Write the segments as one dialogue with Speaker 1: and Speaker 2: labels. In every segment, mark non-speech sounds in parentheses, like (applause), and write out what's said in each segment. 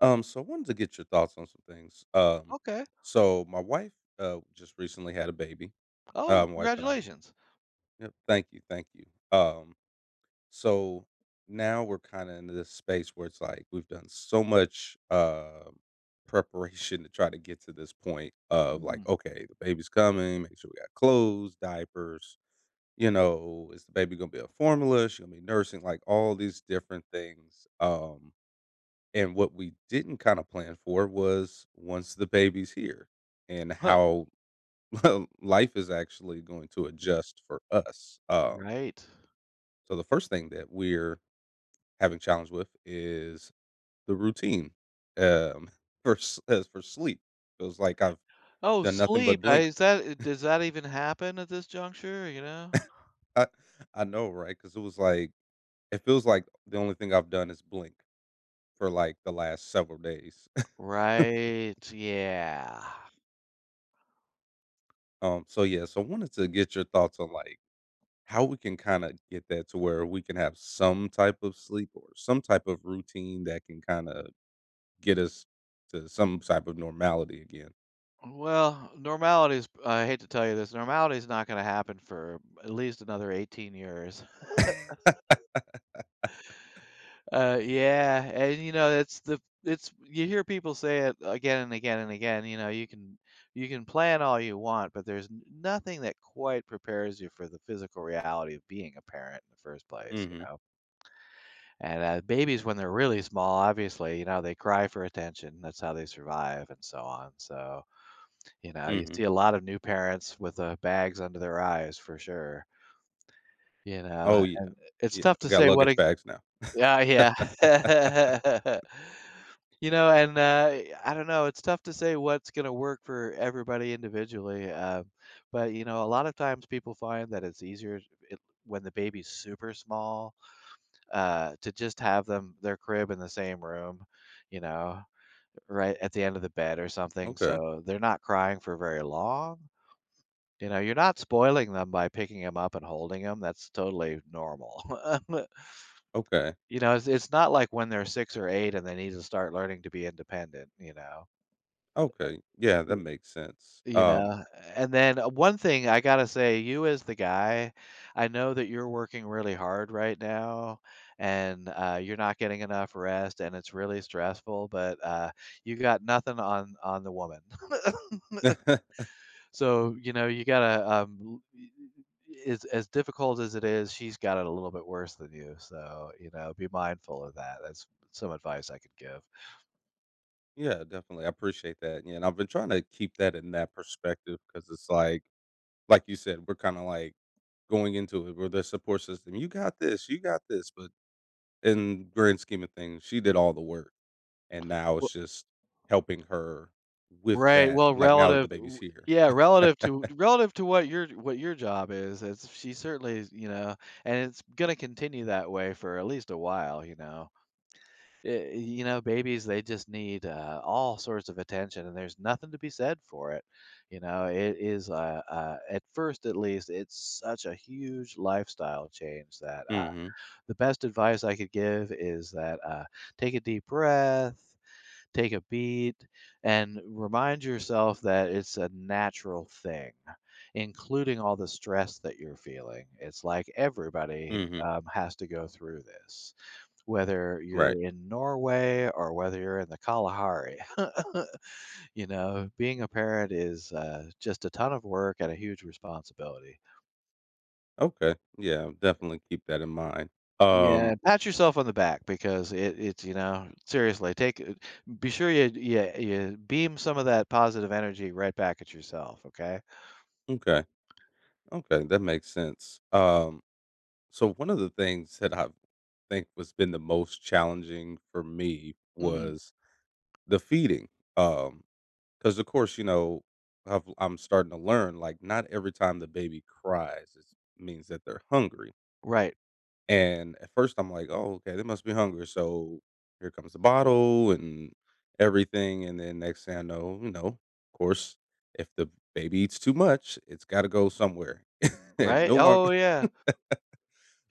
Speaker 1: So I wanted to get your thoughts on some things. Um,
Speaker 2: Okay.
Speaker 1: so my wife just recently had a baby.
Speaker 2: Oh,
Speaker 1: My wife and I.
Speaker 2: congratulations.
Speaker 1: Yep. Thank you, thank you. Um, so now we're kind of in this space where it's like we've done so much (laughs) preparation to try to get to this point of
Speaker 2: Hmm.
Speaker 1: like, okay, the baby's coming. Make sure we got clothes, diapers. You know, is the baby gonna be a formula? She gonna be nursing? Like all these different things. And what we didn't kinda plan for was once the baby's here and
Speaker 2: Huh.
Speaker 1: how (laughs) life is actually going to adjust for us. Um,
Speaker 2: Right.
Speaker 1: so the first thing that we're having challenge with is the routine, um, (laughs) for s for sleep. Feels like I've
Speaker 2: Oh,
Speaker 1: done nothing
Speaker 2: sleep.
Speaker 1: but
Speaker 2: I
Speaker 1: blink.
Speaker 2: Is that does that even happen at this juncture, you know?
Speaker 1: I I know, right? Because it was like it feels like the only thing I've done is blink for, like, the last several days. (laughs)
Speaker 2: Right, yeah.
Speaker 1: Yeah, so I wanted to get your thoughts on, like, how we can kind of get that to where we can have some type of sleep or some type of routine that can kind of get us to some type of normality again.
Speaker 2: Well, normality is, I hate to tell you this, normality is not gonna happen for at least another 18 years. Yeah, and you know, it's you hear people say it again and again and again. You know, you can plan all you want, but there's nothing that quite prepares you for the physical reality of being a parent in the first
Speaker 1: Mm.
Speaker 2: place. You
Speaker 1: Mhm.
Speaker 2: know, and babies when they're really small, obviously, you know, they cry for attention. That's how they survive, and so on. So you know,
Speaker 1: Mm.
Speaker 2: you
Speaker 1: Mhm.
Speaker 2: see a lot of new parents with bags under their eyes for sure. You know,
Speaker 1: Oh yeah.
Speaker 2: and it's
Speaker 1: Yeah,
Speaker 2: tough
Speaker 1: I
Speaker 2: to
Speaker 1: got
Speaker 2: say what.
Speaker 1: luggage bags now.
Speaker 2: Yeah, yeah. (laughs) You know, and, I don't know, it's tough to say what's gonna work for everybody individually, but, you know, a lot of times people find that it's easier it when the baby's super small, to just have them their crib in the same room, you know, right at the end of the bed or something,
Speaker 1: Okay.
Speaker 2: so they're not crying for very long. You know, you're not spoiling them by picking them up and holding them. That's totally normal. (laughs)
Speaker 1: Okay.
Speaker 2: You know, it's not like when they're 6 or 8 and they need to start learning to be independent, you know?
Speaker 1: Okay, yeah,
Speaker 2: Y
Speaker 1: that makes sense.
Speaker 2: You
Speaker 1: Um.
Speaker 2: know? And then one thing I gotta say, you as the guy, I know that you're working really hard right now, and, you're not getting enough rest, and it's really stressful, but, you got nothing on the woman. (laughs)
Speaker 1: (laughs)
Speaker 2: So, you know, you gotta, l y y y as difficult as it is, she's got it a little bit worse than you, so, you know, be mindful of that. That's some advice I could give.
Speaker 1: Yeah, definitely. I appreciate that. Yeah, and I've been trying to keep that in that perspective cuz it's like you said, we're kind of like going into it where the support system, you got this, but in grand scheme of things, she did all the work, and now it's just helping her with
Speaker 2: Right,
Speaker 1: that,
Speaker 2: well,
Speaker 1: like, now that
Speaker 2: relative
Speaker 1: the baby's
Speaker 2: r
Speaker 1: here.
Speaker 2: Yeah,
Speaker 1: (laughs)
Speaker 2: relative to what your job is, it's she certainly is, you know, and it's gonna continue that way for at least a while, you know. You know, babies, they just need, all sorts of attention, and there's nothing to be said for it, you know, it is, at first, at least, it's such a huge lifestyle change that,
Speaker 1: Mhm.
Speaker 2: the best advice I could give is that, take a deep breath, take a beat and remind yourself that it's a natural thing, including all the stress that you're feeling. It's like everybody
Speaker 1: Mhm.
Speaker 2: has to go through this, whether
Speaker 1: Right.
Speaker 2: you're in Norway or whether you're in the Kalahari. (laughs) You know, being a parent is just a ton of work and a huge responsibility.
Speaker 1: Okay, yeah, definitely keep that in mind.
Speaker 2: Yeah,
Speaker 1: Um.
Speaker 2: pat yourself on the back because it's you know, seriously be sure you beam some of that positive energy right back at yourself. Okay.
Speaker 1: Okay, okay, that makes sense. So one of the things that I think was been the most challenging for me
Speaker 2: Mm.
Speaker 1: was the feeding. Um. Because of course, you know, I'm starting to learn, like, not every time the baby cries, it means that they're hungry.
Speaker 2: Right.
Speaker 1: And at first, I'm like, "Oh, okay, they must be hungry." So here comes the bottle and everything, and then next thing I know, you know, of course, if the baby eats too much, it's got to go somewhere, (laughs) and
Speaker 2: Right.
Speaker 1: no longer.
Speaker 2: Oh
Speaker 1: (laughs)
Speaker 2: yeah.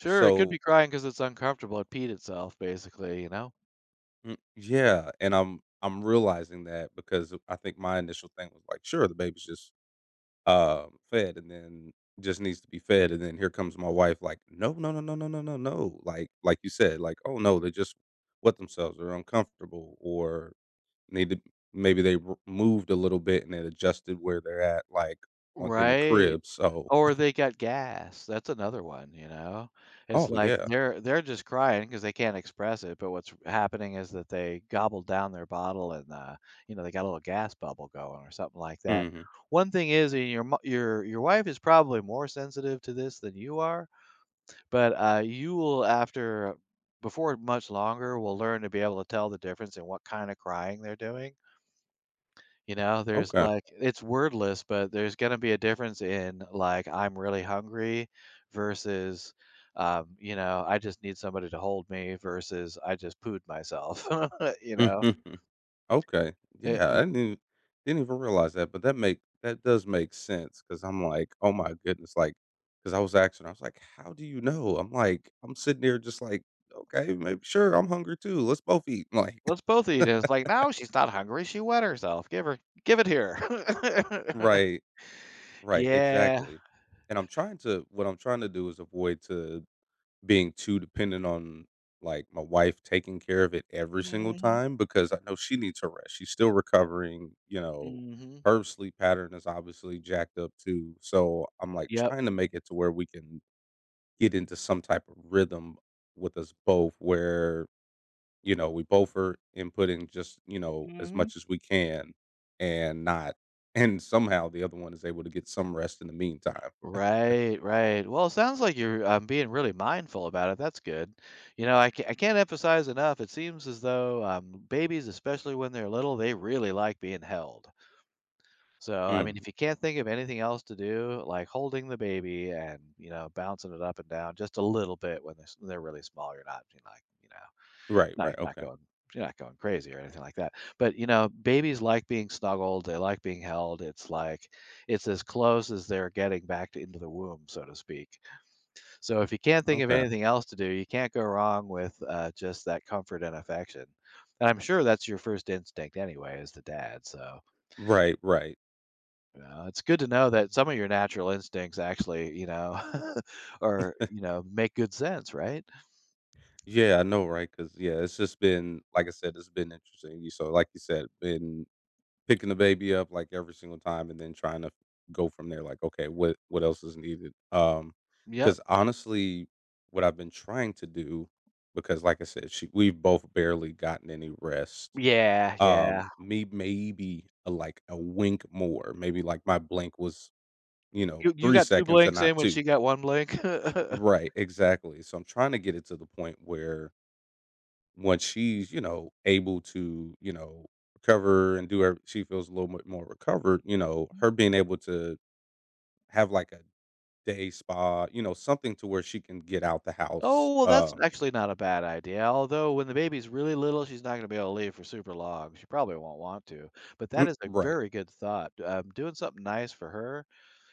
Speaker 2: Sure. It could be
Speaker 1: So
Speaker 2: crying because it's uncomfortable. It peed itself, basically. You know.
Speaker 1: mm, yeah, and I'm realizing that because I think my initial thing was like, "Sure, the baby's just fed, and then." Just needs to be fed and then here comes my wife like no no no no no no no no like like you said like oh no they just wet themselves or uncomfortable or needed maybe they r moved a little bit and it adjusted where they're at, like, on in the
Speaker 2: Right.
Speaker 1: crib, so.
Speaker 2: Or they got gas, that's another one, you know? It's
Speaker 1: Oh,
Speaker 2: like
Speaker 1: yeah.
Speaker 2: they're just crying 'cause they are just crying because they can not express it, but what's happening is that they gobbled down their bottle and, you know, they got a little gas bubble going or something like that.
Speaker 1: Mhm.
Speaker 2: One thing is, and your mo your wife is probably more sensitive to this than you are, but, you will after before much longer will learn to be able to tell the difference in what kinda crying they're doing. You know, there's,
Speaker 1: Okay.
Speaker 2: like, it's wordless, but there's gonna be a difference in, like, "I'm really hungry," versus, you know, "I just need somebody to hold me," versus, "I just pooed myself." (laughs) You know?
Speaker 1: Mhm. Okay.
Speaker 2: Eh,
Speaker 1: Yeah, I
Speaker 2: e
Speaker 1: didn't even realize that, but that does make sense. Because 'cause I'm like, "Oh my goodness," like, cause I was asking, I was like, "How do you know?" I'm sitting there just like, "Okay, maybe sure, I'm hungry too, let's both eat," (laughs) like
Speaker 2: Let's both eat it. It's like, "No, she's not hungry, she wet herself. Give it here." (laughs)
Speaker 1: right, right,
Speaker 2: Yeah.
Speaker 1: exactly, and I'm trying to what I'm trying to do is avoid to being too dependent on, like, my wife taking care of it every single
Speaker 2: Mhm.
Speaker 1: time because I know she needs her rest. She's still recovering, you know,
Speaker 2: Mhm.
Speaker 1: her sleep pattern is obviously jacked up too. So I'm, like,
Speaker 2: Yep.
Speaker 1: trying to make it to where we can get into some type of rhythm with us both where, you know, we both are inputting just, you know, as
Speaker 2: Mhm.
Speaker 1: much as we can and not (laughs) and somehow the other one is able to get some rest in the meantime.
Speaker 2: Right, right. Well, it sounds like you're being really mindful about it. That's good. You know, I can't emphasize enough. It seems as though babies, especially when they're little, they really like being held. So, I mean,
Speaker 1: Mm.
Speaker 2: if you can't think of anything else to do, like holding the baby and, you know, bouncing it up and down just a little bit when when they're really small, you're not, like, you know.
Speaker 1: Right,
Speaker 2: Not
Speaker 1: right,
Speaker 2: not
Speaker 1: okay.
Speaker 2: going you're not going crazy or anything like that, but, you know, babies like being snuggled, they like being held, it's like it's as close as they're getting back to into the womb, so to speak. So if you can't think of
Speaker 1: Okay.
Speaker 2: anything else to do, you can't go wrong with, just that comfort and affection, and I'm sure that's your first instinct anyway as the dad, so,
Speaker 1: Right, right.
Speaker 2: you know, it's good to know that
Speaker 1: Mm-hmm.
Speaker 2: some of your natural instincts actually, you know, (laughs) or you know, make good sense, right?
Speaker 1: Yeah, I know, right? Because yeah, it's just been like I said, it's been interesting. You so like you said, been picking the baby up like every single time and then trying to go from there like, okay, what else is needed? Um,
Speaker 2: Yep.
Speaker 1: because honestly, what I've been trying to do because like I said, she we've both barely gotten any rest.
Speaker 2: Yeah,
Speaker 1: Um,
Speaker 2: yeah.
Speaker 1: me maybe a, like a wink more. Maybe like my blink was, you know,
Speaker 2: You
Speaker 1: 3
Speaker 2: got 2
Speaker 1: seconds and
Speaker 2: blinks in
Speaker 1: not
Speaker 2: when
Speaker 1: 2.
Speaker 2: she got 1 blink. (laughs)
Speaker 1: Right, exactly. So I'm trying to get it to the point where once she's, you know, able to, you know, recover and do her she feels a little bit more recovered, you know, her being able to have, like, a day spa, you know, something to where she can get out the house,
Speaker 2: Oh, well, that's
Speaker 1: um.
Speaker 2: actually not a bad idea, although when the baby's really little, she's not gonna be able to leave for super long. She probably won't want to, but that
Speaker 1: Mm,
Speaker 2: is a
Speaker 1: right.
Speaker 2: very good thought, doing something nice for her,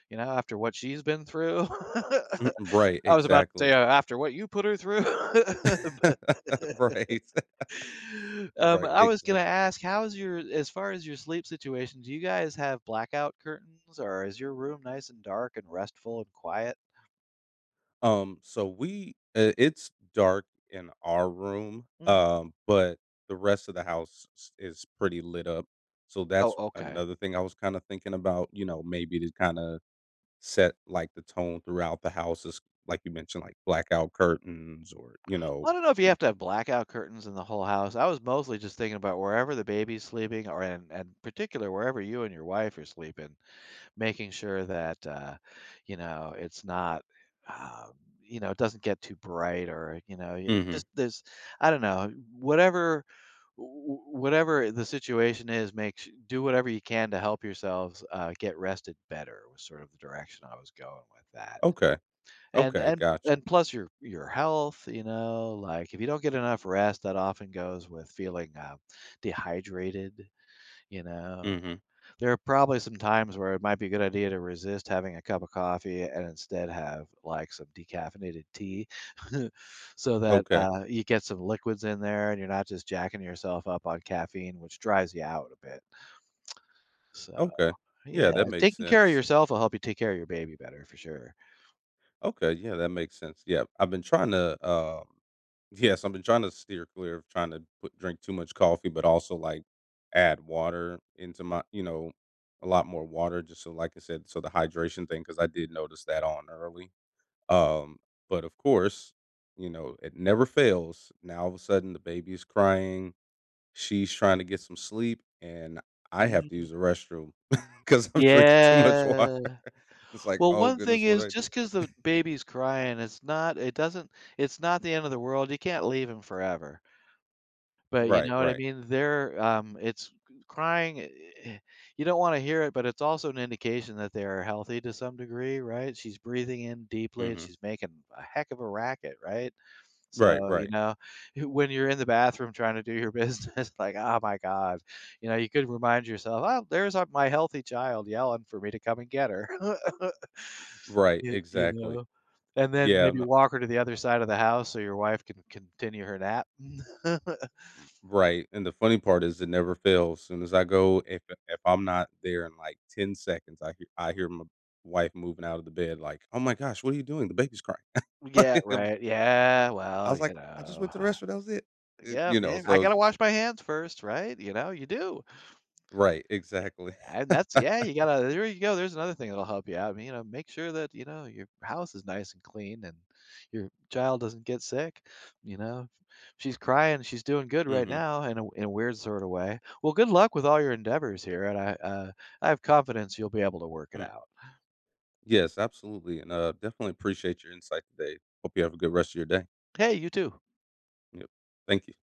Speaker 2: you know, after what she's been through. (laughs)
Speaker 1: Mm, right,
Speaker 2: I was about to say,
Speaker 1: exactly.
Speaker 2: after what you put her through. (laughs) But,
Speaker 1: (laughs) Right. (laughs) Right,
Speaker 2: I was gonna
Speaker 1: exactly.
Speaker 2: ask, how's your as far as your sleep situation, do you guys have blackout curtains, or is your room nice and dark and restful and quiet?
Speaker 1: Um, so we I it's dark in our room,
Speaker 2: Mhm.
Speaker 1: but the rest of the house s is pretty lit up, so
Speaker 2: Oh,
Speaker 1: that's
Speaker 2: okay.
Speaker 1: another thing I was kinda thinking about, you know, maybe to kinda set, like, the tone throughout the house is like you mentioned, like, blackout curtains or, you know.
Speaker 2: Well, I don't know if you have to have blackout curtains in the whole house. I was mostly just thinking about wherever the baby's sleeping, or and particular, wherever you and your wife are sleeping, making sure that, you know, it's not, um, you know, it doesn't get too bright or, you know,
Speaker 1: M
Speaker 2: it
Speaker 1: Mhm.
Speaker 2: just there's, I don't know, whatever, whatever the situation is, do whatever you can to help yourselves get rested better was sort of the direction I was going with that.
Speaker 1: Okay.
Speaker 2: And
Speaker 1: Okay, gotcha.
Speaker 2: plus your health, you know, like, if you don't get enough rest, that often goes with feeling, dehydrated, you know?
Speaker 1: Mhm.
Speaker 2: There are probably some times where it might be a good idea to resist having a cup of coffee and instead have, like, some decaffeinated tea. (laughs) So that,
Speaker 1: Okay.
Speaker 2: you get some liquids in there and you're not just jacking yourself up on caffeine, which drives you out a bit. So,
Speaker 1: Okay,
Speaker 2: yeah,
Speaker 1: yeah, that makes
Speaker 2: taking care of
Speaker 1: sense.
Speaker 2: yourself will help you take care of your baby better for sure.
Speaker 1: Okay, yeah, that makes sense. Yeah, I've been trying to, yes, I've been trying to steer clear of trying to put drink too much coffee, but also, like, add water into my you know, a lot more water just so, like I said, so the hydration thing, because I did notice that on early. Um, but of course, you know, it never fails. Now all of a sudden the baby's crying, she's trying to get some sleep, and I have to
Speaker 2: Mm.
Speaker 1: use the restroom (laughs) because I'm drinking too much water.
Speaker 2: Yeah.
Speaker 1: (laughs) It's like,
Speaker 2: Well,
Speaker 1: oh
Speaker 2: one thing
Speaker 1: goodness, what do
Speaker 2: is
Speaker 1: I do?
Speaker 2: just because the baby's crying, it doesn't it's not the end of the world, you can't leave him forever, but you know
Speaker 1: Right,
Speaker 2: what I
Speaker 1: right.
Speaker 2: mean? They're, it's crying, you don't wanna hear it, but it's also an indication that they are healthy to some degree, right? She's breathing in deeply and
Speaker 1: Hmm.
Speaker 2: she's making a heck of a racket, right?
Speaker 1: Right,
Speaker 2: So, you
Speaker 1: right.
Speaker 2: know, (laughs) when you're in the bathroom trying to do your business, (laughs) like, "Oh my god," you know, you could remind yourself, "Oh, there's, my healthy child yelling for me to come and get her."
Speaker 1: Right,
Speaker 2: You
Speaker 1: exactly.
Speaker 2: know? And then
Speaker 1: Yeah,
Speaker 2: maybe
Speaker 1: no,
Speaker 2: walk her to the other side of the house so your wife can continue her nap. (laughs)
Speaker 1: right. And the funny part is it never fails. As soon as I go, if I'm not there in like 10 seconds, I hear my wife moving out of the bed like, oh my gosh, what are you doing? The baby's crying. (laughs)
Speaker 2: Yeah,
Speaker 1: I'm like,
Speaker 2: right, yeah,
Speaker 1: I
Speaker 2: well,
Speaker 1: was
Speaker 2: you
Speaker 1: like, "I just
Speaker 2: know,
Speaker 1: went to the restaurant, that was it."
Speaker 2: yeah,
Speaker 1: You know,
Speaker 2: yeah, I
Speaker 1: so it's
Speaker 2: gotta wash
Speaker 1: just
Speaker 2: my hands first, right? You know, you do.
Speaker 1: Right, exactly.
Speaker 2: And that's yeah,
Speaker 1: (laughs)
Speaker 2: you gotta there you go, there's another thing that'll help you out. I mean, you know, make sure that, you know, your house is nice and clean and your child doesn't get sick, you know. She's crying, she's doing good right
Speaker 1: Mhm.
Speaker 2: now in a weird sort of way. Well, good luck with all your endeavors here, and I have confidence you'll be able to work it
Speaker 1: Mm.
Speaker 2: out.
Speaker 1: Yes, absolutely, and, definitely appreciate your insight today. Hope you have a good rest of your day.
Speaker 2: Hey, you too.
Speaker 1: Yep. Thank you.